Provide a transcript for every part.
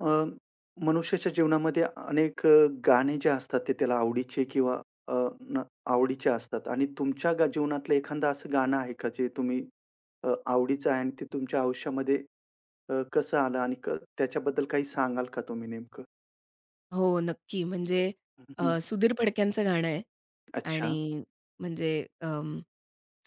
अ, मनुष्याच्या जीवनामध्ये अनेक गाणे जे असतात ते त्याला आवडीचे किंवा अ, न आवडीचे असतात आणि तुमच्या जीवनातलं एखादं असं गाणं आहे का जे तुम्ही आवडीचं आहे आणि ते तुमच्या आयुष्यामध्ये कसं आलं आणि त्याच्याबद्दल काही सांगाल का तुम्ही नेमकं? हो, नक्की. म्हणजे हं, सुधीर फडक्यांचं गाणं आहे. अच्छा. आणि म्हणजे अं,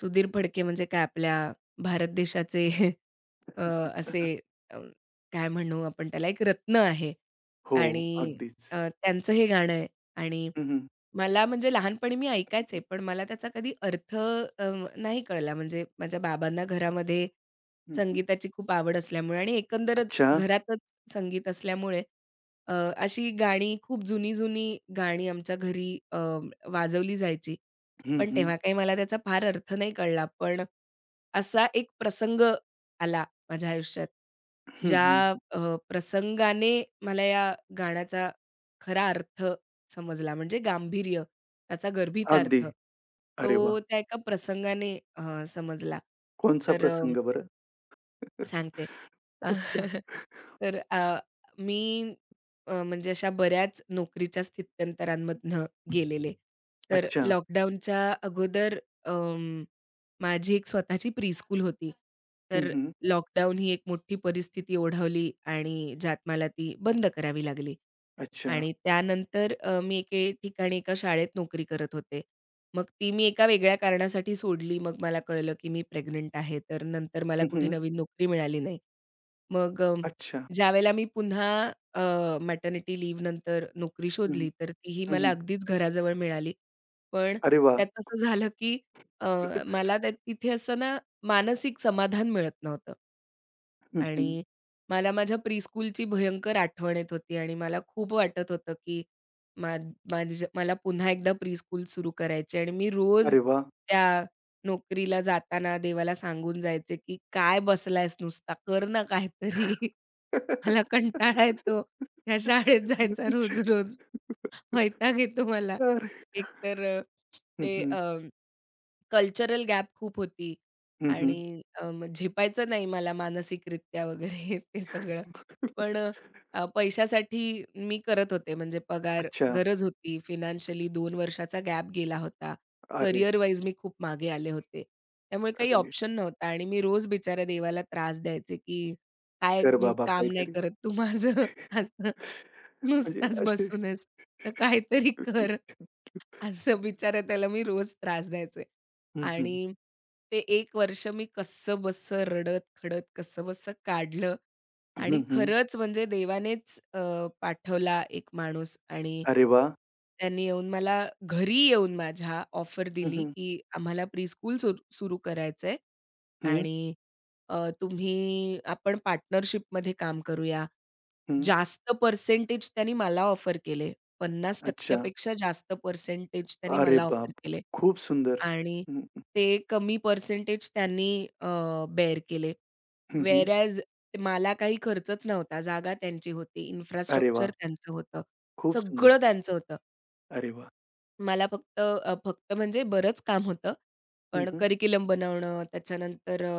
सुधीर फडके म्हणजे काय आपल्या भारत देशाचे अ, असे अ, काय म्हणू आपण त्याला, एक रत्न आहे. हो, आणि अगदीच. अ, त्यांचं हे गाणं आहे. आणि हं, हं. मला म्हणजे लहानपणी मी ऐकायचे, पण मला त्याचा कधी अर्थ नाही कळला. म्हणजे माझ्या बाबांना घरामध्ये संगीताची खूप आवड असल्यामुळे आणि एकंदरच अच्छा. घरातच संगीत असल्यामुळे अशी गाणी, खूप जुनी-जुनी गाणी आमच्या घरी वाजवली जायची. हं, पण हं. तेव्हा काही मला त्याचा फार अर्थ नाही कळला. पण असा एक प्रसंग आला माझ्या आयुष्यात, ज्या हं, प्रसंगाने मला या गाण्याचा खरा अर्थ समजला, म्हणजे गांभीर्य, त्याचा अगदी. गर्भितार्थ, अरे वाह! तो त्या एका प्रसंगाने समजला. कोणचा तर प्रसंग बरं? सांगते. अ, अच्छा. तर मी म्हणजे अशा बऱ्याच नोकरीच्या स्थित्यंतरांमधनं गेलेले. तर अच्छा. लॉकडाऊनच्या अगोदर अं, माझी एक स्वतःची प्रीस्कूल होती. तर हं, लॉकडाऊन ही एक मोठी परिस्थिती ओढावली आणि ज्यात मला ती बंद करावी लागली. अच्छा. आणि त्यानंतर मी एके ठिकाणी एका शाळेत नोकरी करत होते. मग ती मी एका वेगळ्या कारणासाठी सोडली. मग मला कळलं, की मी प्रेग्नंट आहे. तर नंतर मला कुठे नवीन नोकरी मिळाली नाही. मग अच्छा. ज्यावेळेला मी पुन्हा अ, मॅटर्निटी लीव्ह नंतर नोकरी हं, शोधली, तर तीही हं, मला हं. अगदीच घराजवळ मिळाली. पण अरे वाह! त्यात असं झालं, की अ, मला त्या तिथे असं ना मानसिक समाधान मिळत नव्हतं. हं, हं. आणि मला माझ्या प्रीस्कूलची भयंकर आठवण येत होती आणि मला खूप वाटत होतं, की मा माझ्या मला पुन्हा एकदा प्रीस्कूल सुरू करायची आणि मी रोज अरे वाह! त्या नोकरीला जाताना देवाला सांगून जायचे, की "काय बसलायस नुसता, कर ना काहीतरी. मला कंटाळा येतो ह्या शाळेत जायचा अच्छा. रोज-रोज. वैताग येतो मला." अरे. एक तर हं, ते हं. कल्चरल गॅप खूप होती हं, हं. आणि झेपायचं नाही मला मानसिकरित्या वगैरे ते सगळं. पण पैशासाठी मी करत होते, म्हणजे पगार अच्छा. गरज होती. फायनान्शियली 2 वर्षाचा गॅप गेला होता. अरे, करियर वाईज मी खूप मागे आले होते. त्यामुळे काही अरे, ऑप्शन नव्हता आणि मी रोज बिचाऱ्या देवाला त्रास द्यायचे, की "काय कर म, बाबा काम नाही काहीतरी. करत तू माझं असं. म्हणजे नुसताच असे बसून तर काहीतरी कर." असं बिचाऱ्या त्याला मी रोज त्रास द्यायचे. हं, हं. आणि ते एक वर्ष मी कसंबसं रडत-खडत कसंबसं काढलं आणि हं, हं. खरंच म्हणजे देवानेच पाठवला एक माणूस आणि अरे वाह! त्यांनी येऊन मला घरी येऊन माझ्या ऑफर हं, दिली, हं. की आम्हाला प्री स्कूल सुरू करायचंय. हं, आणि तुम्ही आपण पार्टनरशिपमध्ये काम करूया. हं. जास्त पर्सेंटेज त्यांनी मला ऑफर केले. 50% अच्छा. पेक्षा जास्त पर्सेंटेज त्यांनी अरे मला ऑफर बाप! केले. खूप सुंदर. आणि हं, ते कमी पर्सेंटेज त्यांनी अ, बेअर केले. हं, हं. व्हेअर ॲज मला काही खर्चच नव्हता. जागा त्यांची होती, अरे इन्फ्रास्ट्रक्चर वाह! त्यांचं होतं. खूप सुंदर. सगळं त्यांचं होतं. अरे वाह! मला फक्त फक्त म्हणजे बरंच काम होतं. हं, पण हं. करिक्युलम बनवणं, त्याच्यानंतर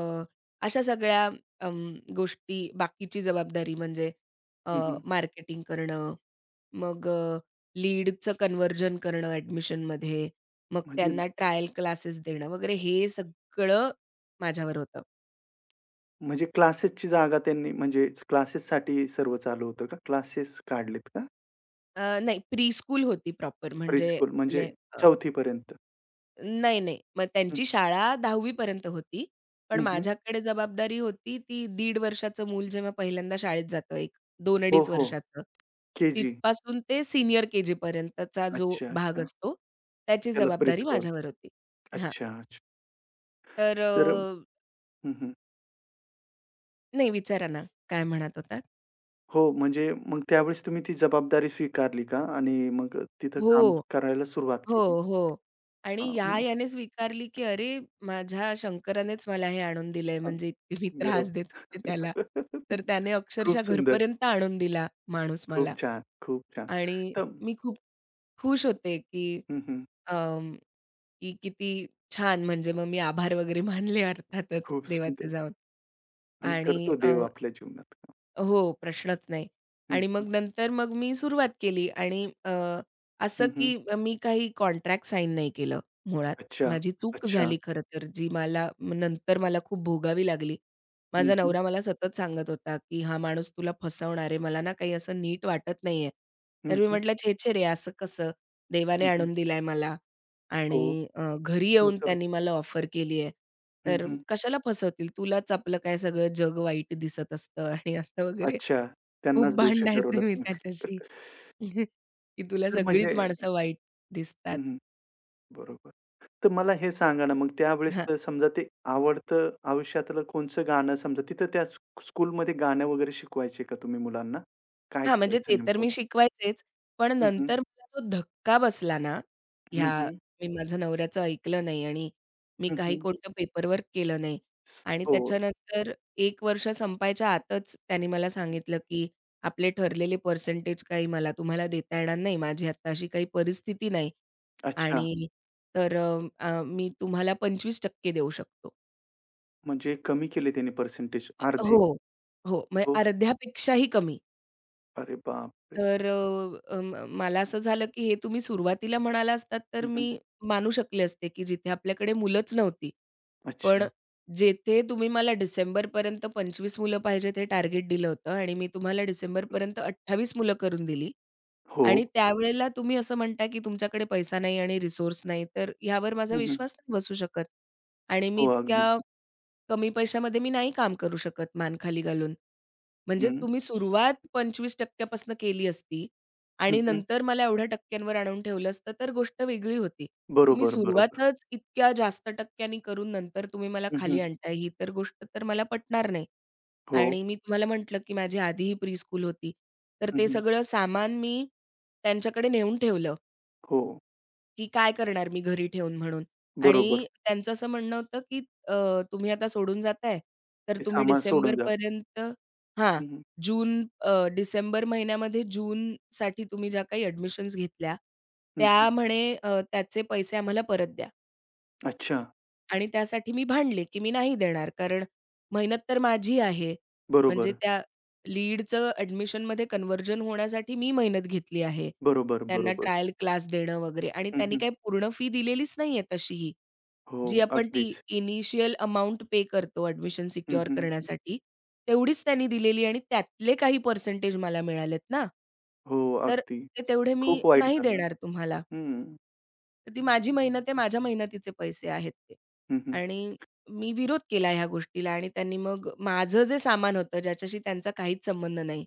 अशा सगळ्या गोष्टी, बाकीची जबाबदारी म्हणजे हं, हं. मार्केटिंग करणं, मग लीडचं कन्व्हर्जन करणं ॲडमिशनमध्ये, मग म्हणजे त्यांना ट्रायल क्लासेस देणं वगैरे, हे सगळं माझ्यावर होतं. म्हणजे क्लासेसची जागा त्यांनी म्हणजे क्लासेससाठी सर्व चालू होतं का? क्लासेस काढलेत का? नाही, प्रीस्कूल होती प्रॉपर म्हणजे प्रीस्कूल म्हणजे आपले. 4थी पर्यंत? नाही, नाही. मग हं, त्यांची शाळा 10वी पर्यंत होती. पण हं, हं. माझ्याकडे जबाबदारी होती ती दीड वर्षाचं मूल जेव्हा पहिल्यांदा शाळेत जातं, एक 2 हो, अडीच हो. वर्षाचं. के-जी. तिथपासून ते सीनियर के-जी पर्यंतचा जो अच्छा, भाग अच्छा. असतो, त्याची त्याला जबाबदारी प्रीस्कूल. माझ्यावर होती. हां, अच्छा, अच्छा. तर तर हं, हं. नाही, विचारा ना, काय म्हणत होतात? हो, म्हणजे मग त्यावेळेस तुम्ही ती जबाबदारी स्वीकारली का? आणि मग तिथं काम हो. करायला सुरुवात हो, केली? हो. आणि हां, या हं. याने स्वीकारली, की अरे, माझ्या शंकरानेच मला हे आणून दिलंय. हां. म्हणजे इतके मी गरम. त्रास देत होते त्याला. तर त्याने खूप अक्षरशः सुंदर. घरपर्यंत आणून दिला माणूस खूप मला. छान, खूप छान. आणि तर मी खूप खुश होते, की हं, हं. अं, की किती छान, म्हणजे मग मी आभार वगैरे मानले अर्थातच खूप देवाचे सुंदर जाऊन. आणि आणि करतो देव आपल्या जीवनात. हो, प्रश्नच नाही. हं, आणि हं. मग नंतर मग मी सुरुवात केली आणि हं, असं हं. की मी काही कॉन्ट्रॅक्ट साइन नाही केलं मुळात. अच्छा, माझी चूक अच्छा. झाली खरं तर, जी मला नंतर मला खूप भोगावी लागली. हं, माझा हं. नवरा मला सतत सांगत होता, की "हा माणूस तुला फसवणार आहे. मला ना काही असं नीट वाटत नाहीये." हं, तर मी हं. म्हटलं, "छे, छे रे! असं कसं? देवाने हं, हं. आणून दिलाय मला. हो. आणि घरी हो, येऊन सर. त्यांनी मला ऑफर केली आहे. हं, तर हं. कशाला फसवतील? तुलाच आपलं काय सगळं जग वाईट दिसत असतं आणि असं वगैरे." अच्छा. खूप त्यांनाच दोषी ठरवलं भांडायचे मी तुम्ही. त्याच्याशी, की तुला तर म्हणजे सगळीच माणसं वाईट दिसतात. हं, हं. बरोबर. तर मला हे सांगा ना, मग त्यावेळेस समजा ते आवडतं आयुष्यातलं कोणचं गाणं समजा तिथं त्या स्कूलमध्ये गाणं वगैरे शिकवायचे का तुम्ही मुलांना? काय हां, म्हणजे करायचं ते तर नेमकं? मी शिकवायचेच. पण हं, हं. नंतर मला जो धक्का बसला ना, हं, ह्या हं. मी माझ्या नवऱ्याचं ऐकलं नाही आणि मी हं, काही हं. कोणतं पेपरवर्क केलं नाही स आणि हो. त्याच्यानंतर एक वर्ष संपायच्या आतच त्याने मला सांगितलं, की "आपले ठरलेले पर्सेंटेज काही मला तुम्हाला देता येणार नाही. माझी आता अशी काही परिस्थिती नाही अच्छा. आणि तर अ, अ, मी तुम्हाला 25% देऊ शकतो." म्हणजे कमी केले त्यांनी पर्सेंटेज अर्धे? हो, हो. म्हणजे हो. अर्ध्यापेक्षाही कमी. अरे बापरे! तर अ, अ, मला असं झालं, की हे तुम्ही सुरुवातीला म्हणाला असतात, तर हं, हं. मी मानू शकले असते, की जिथे आपल्याकडे मुलंच नव्हती. पण अच्छा. जेथे तुम्ही मला डिसेंबरपर्यंत 25 मुलं पाहिजेत हे टार्गेट दिलं होतं आणि मी तुम्हाला डिसेंबरपर्यंत 28 मुलं करून दिली हो. आणि त्यावेळेला तुम्ही असं म्हणता, की तुमच्याकडे पैसा नाही आणि रिसोर्स नाही, तर ह्यावर माझा हं, हं. विश्वास नाही बसू शकत. आणि मी हो, अगदी. इतक्या कमी पैशामध्ये मी नाही काम करू शकत मान खाली घालून. म्हणजे हं, तुम्ही सुरुवात 25% पासनं केली असती हं, आणि हं. नंतर मला एवढ्या टक्क्यांवर आणून ठेवलं असतं, तर गोष्ट वेगळी होती. तुम्ही बरोबर, बरोबर. सुरुवातच इतक्या जास्त टक्क्यांनी करून नंतर तुम्ही मला हं, हं. खाली आणताय, ही तर गोष्ट तर मला पटणार नाही. हो. आणि मी तुम्हाला म्हटलं, की माझी आधीही प्रीस्कूल होती. तर हं, ते हं. सगळं सामान मी त्यांच्याकडे नेऊन ठेवलं. हो, की काय करणार मी घरी ठेवून, म्हणून. बरोबर. आणि त्यांचं असं म्हणणं होतं, की अ, तुम्ही आता सोडून जाताय, तर ते तुम्ही सामान सोडून जा. डिसेंबरपर्यंत हां, हं, हं. डिसेंबर महिन्यामध्ये जूनसाठी तुम्ही ज्या काही ॲडमिशन्स घेतल्या, हं, हं. त्या म्हणे त्याचे पैसे आम्हाला परत द्या. अच्छा. आणि त्यासाठी मी भांडले, की मी नाही देणार, कारण मेहनत तर माझी आहे. म्हणजे बरोबर, त्या लीडचं ॲडमिशनमध्ये कन्व्हर्जन होण्यासाठी मी मेहनत घेतली आहे. बरोबर, त्यांना बरोबर. ट्रायल क्लास देणं वगैरे आणि हं, त्यांनी हं. काही पूर्ण फी दिलेलीच नाहीये तशीही. हो, जी आपण ती अगदीच. इनिशियल अमाउंट पे करतो ॲडमिशन हं, सिक्युअर हं. करण्यासाठी, तेवढीच त्यांनी दिलेली आणि त्यातले काही पर्सेंटेज मला मिळालेत ना. हो, तर अगदी. ते तेवढे मी खूप वाईट नाही झालं. देणार तुम्हाला. हं. तर ती माझी मेहनत आहे, माझ्या मेहनतीचे पैसे आहेत ते. हं, हं. आणि मी विरोध केला ह्या गोष्टीला आणि त्यांनी मग माझं जे सामान होतं, ज्याच्याशी त्यांचा काहीच संबंध नाही.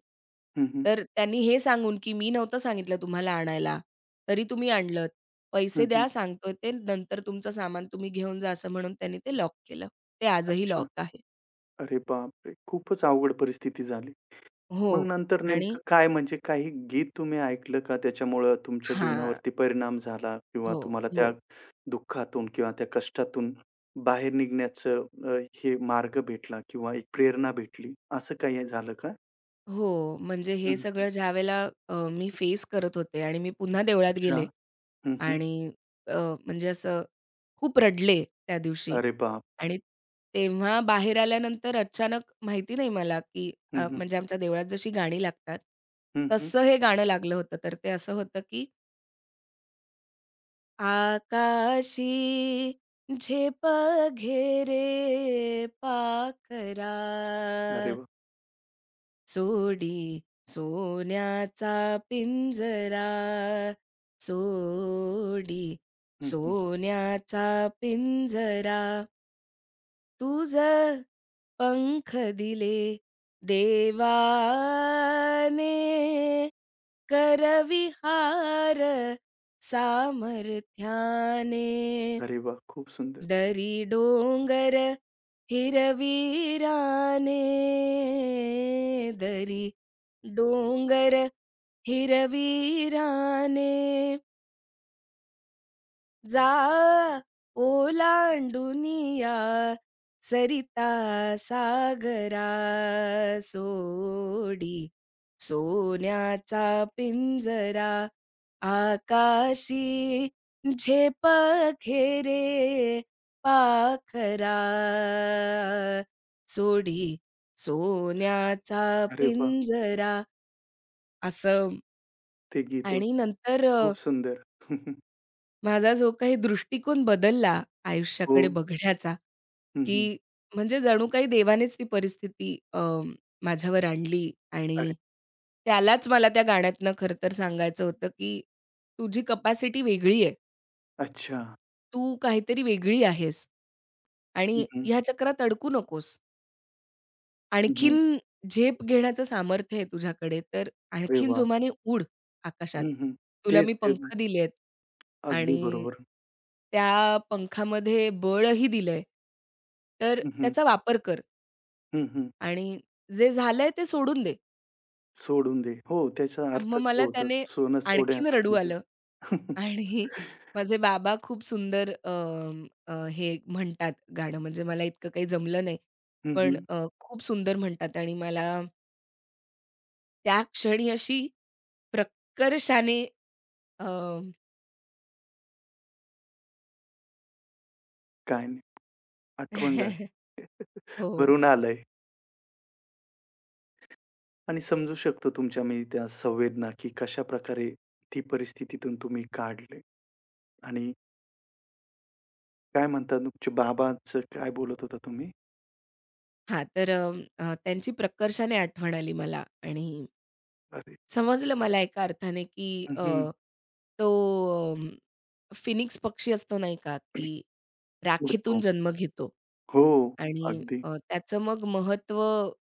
हं, हं. तर त्यांनी हे सांगून, की "मी नव्हतं सांगितलं तुम्हाला आणायला, तरी तुम्ही आणलत. पैसे हं, हं. द्या, सांगतोय ते. नंतर तुमचं सामान तुम्ही घेऊन जा," असं म्हणून त्यांनी ते लॉक केलं. ते आजही अच्छा. लॉक आहे. अरे बापरे! खूपच अवघड परिस्थिती झाली. हो. मग नंतर आणि नेमकं काय म्हणजे काही गीत तुम्ही ऐकलं का त्याच्यामुळं तुमच्या हां. जीवनावरती परिणाम झाला किंवा हो, तुम्हाला त्या हो, दुःखातून किंवा त्या कष्टातून बाहेर निघण्याचं हे मार्ग भेटला किंवा एक प्रेरणा भेटली, असं काही झालं का? हो. म्हणजे हे हं, सगळं ज्यावेळेला मी फेस करत होते आणि मी पुन्हा देवळात अच्छा. गेले. हं, हं. आणि अ, म्हणजे असं खूप रडले त्या दिवशी अरे बाप! आणि तेव्हा बाहेर आल्यानंतर अचानक माहिती नाही मला, की हं, हं. म्हणजे आमच्या देवळात जशी गाणी लागतात, हं, हं. तसं हे गाणं लागलं होतं. तर ते असं होतं, की आकाशी झेप घेरे पाखरा, अरे वाह! सोडी सोन्याचा पिंजरा, सोडी हं, हं. सोन्याचा पिंजरा. तुझ पंख दिले देवाने, करविहार सामर्थ्याने. अरे वाह! खूप सुंदर. दरी डोंगर हिरवीराने, दरी डोंगर हिरवीराने, जा ओलांडून सरिता सागरा, सोडी सोन्याचा पिंजरा, आकाशी झेप खेरे पाखरा, सोडी सोन्याचा अरे वाह! पिंजरा. असं. ते गीत आणि होतं. नंतर खूप सुंदर. हं, हं. माझा जो काही दृष्टिकोन बदलला हो. आयुष्याकडे बघण्याचा, हं, हं. की म्हणजे जणू काही देवानेच ती परिस्थिती माझ्यावर आणली अरे आणि त्यालाच मला त्या गाण्यातनं खरं तर सांगायचं होतं, की तुझी कपॅसिटी वेगळी आहे. अच्छा. तू काहीतरी वेगळी आहेस हं, आणि हं. ह्या चक्रात अडकू नकोस. हं, हं. आणखीन झेप घेण्याचं सामर्थ्य आहे तुझ्याकडे, तर अरे आणखीन वाह! जोमाने उड आकाशात. हं, हं. तुला तेच मी ते पंख दिलेत अगदी आणि बरोबर. त्या पंखामध्ये बळही दिलंय. तर हं, हं. त्याचा वापर कर हं, हं. आणि जे झालंय ते सोडून दे. सोडून दे. हो, त्याचा मग अर्थच तो मला होता. त्याने सोनं आणखीन सोन्याचा रडू आलं पिंजरा. आणि माझे बाबा खूप सुंदर हे म्हणतात गाणं, म्हणजे मला इतकं काही जमलं नाही. हं, पण हं. खूप सुंदर म्हणतात आणि मला त्या क्षणी अशी प्रकर्षाने अ, काय नाही. आठवण झाली. हो. भरून आलंय आणि समजू शकतो तुमच्या मी त्या संवेदना, की कशाप्रकारे ती परिस्थितीतून तुम्ही काढले आणि काय म्हणतात तुमचे बाबांचं काय बोलत होता तुम्ही? हां, तर त्यांची प्रकर्षाने आठवण आली मला आणि अरे समजलं मला एका अर्थाने, की हं, हं. तो फिनिक्स पक्षी असतो नाही का, की राखेतून उडतो. जन्म घेतो हो. आणि अगदी. त्याचं मग महत्व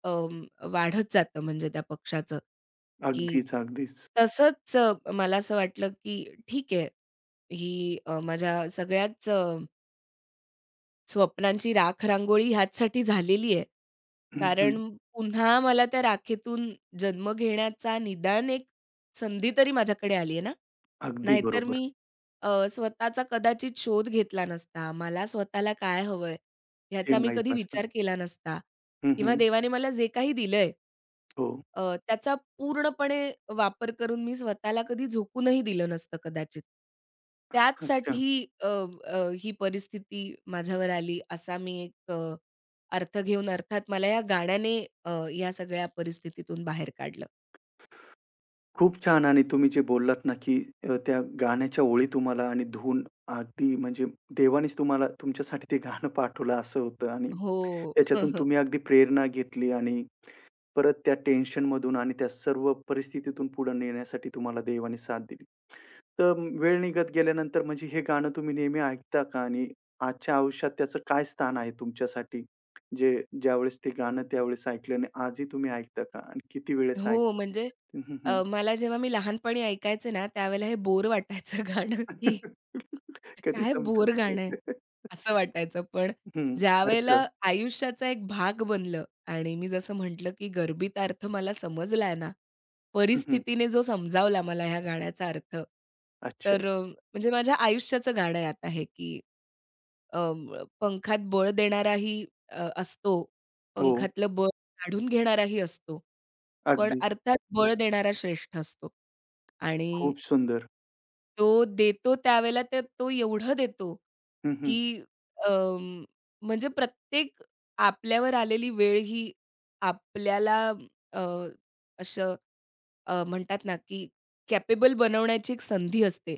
अं, वाढत जातं, म्हणजे त्या पक्षाचं, की अगदीच, अगदीच. तसंच मला असं वाटलं, की ठीक आहे, ही माझ्या सगळ्याच स्वप्नांची राख-रांगोळी ह्याचसाठी झालेली आहे. हं, हं. कारण पुन्हा मला त्या राखेतून जन्म घेण्याचा निदान एक संधी तरी माझ्याकडे आली आहे ना. अगदी नाहीतर बरोबर. मी स्वतःचा कदाचित शोध घेतला नसता. मला स्वतःला काय हवंय? ते ह्याचा मी माहीत कधी नसतं. विचार केला नसता. हं, किंवा हं. देवाने मला जे काही दिलंय, हो. त्याचा पूर्णपणे वापर करून मी स्वतःला कधी झोकूनही दिलं नसतं कदाचित. अच्छा. त्याचसाठी अ, अ, ही परिस्थिती माझ्यावर आली, असा मी एक अर्थ घेऊन, अर्थात मला या गाण्याने या सगळ्या परिस्थितीतून बाहेर काढलं. खूप छान आणि तुम्ही जे बोललात ना, की त्या गाण्याच्या ओळी तुम्हाला आणि धून अगदी म्हणजे देवानेच तुम्हाला तुमच्यासाठी ते गाणं पाठवलं असं होतं आणि हो. त्याच्यातून तुम्ही अगदी प्रेरणा घेतली आणि परत त्या टेन्शनमधून आणि त्या सर्व परिस्थितीतून पुढे नेण्यासाठी तुम्हाला देवाने साथ दिली. तर वेळ निघत गेल्यानंतर म्हणजे हे गाणं तुम्ही नेहमी ऐकता का? आणि आजच्या आयुष्यात त्याचं काय स्थान आहे तुमच्यासाठी? जे ज्यावेळेस ते गाणं त्यावेळेस ऐकलं आणि आजही तुम्ही ऐकता का? आणि किती वेळेस ऐकता? हो, म्हणजे मला जेव्हा मी लहानपणी ऐकायचे ना, त्यावेळेला हे बोर वाटायचं गाणं, की कधी काय संपतं बोर गाणं, ते. असं वाटायचं. पण हं, अर्थ. ज्यावेळेला आयुष्याचा एक भाग बनलं आणि मी जसं म्हटलं, की गर्भित अर्थ मला समजलाय ना, हं, हं. परिस्थितीने जो समजावला मला ह्या गाण्याचा अर्थ, अच्छा. तर म्हणजे माझ्या आयुष्याचं गाणं आहे आता हे, की अ, पंखात बळ देणाराही असतो, हो, पंखातलं बळ काढून घेणाराही असतो, पण अगदीच. अर्थात बळ देणारा श्रेष्ठ असतो. आणि खूप सुंदर. तो देतो त्यावेळेला ते तो एवढं देतो, हं, हं. की अं, म्हणजे प्रत्येक आपल्यावर आलेली वेळ ही आपल्याला अ, असं म्हणतात ना, की कॅपेबल बनवण्याची एक संधी असते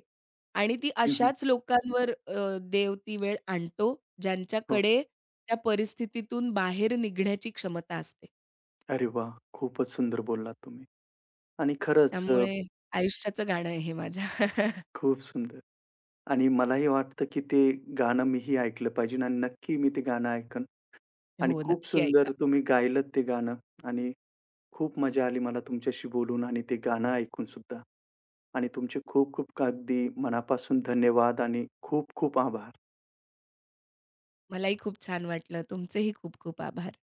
आणि ती हं, हं. अशाच लोकांवर देव ती वेळ आणतो, हो. ज्यांच्याकडे त्या परिस्थितीतून बाहेर निघण्याची क्षमता असते. अरे वाह! खूपच सुंदर बोललात तुम्ही आणि खरंच त्यामुळे आयुष्याचं गाणं आहे हे माझ्या. खूप सुंदर आणि मलाही वाटतं, की ते गाणं मीही ऐकलं पाहिजे आणि नक्की मी ते गाणं ऐकेन आणि हो, खूप नक्की सुंदर ऐका. तुम्ही गायलत ते गाणं आणि खूप मजा आली मला तुमच्याशी बोलून आणि ते गाणं ऐकून सुद्धा आणि तुमचे खूप-खूप अगदी मनापासून धन्यवाद आणि खूप-खूप आभार. मलाही खूप छान वाटलं. तुमचेही खूप खूप आभार.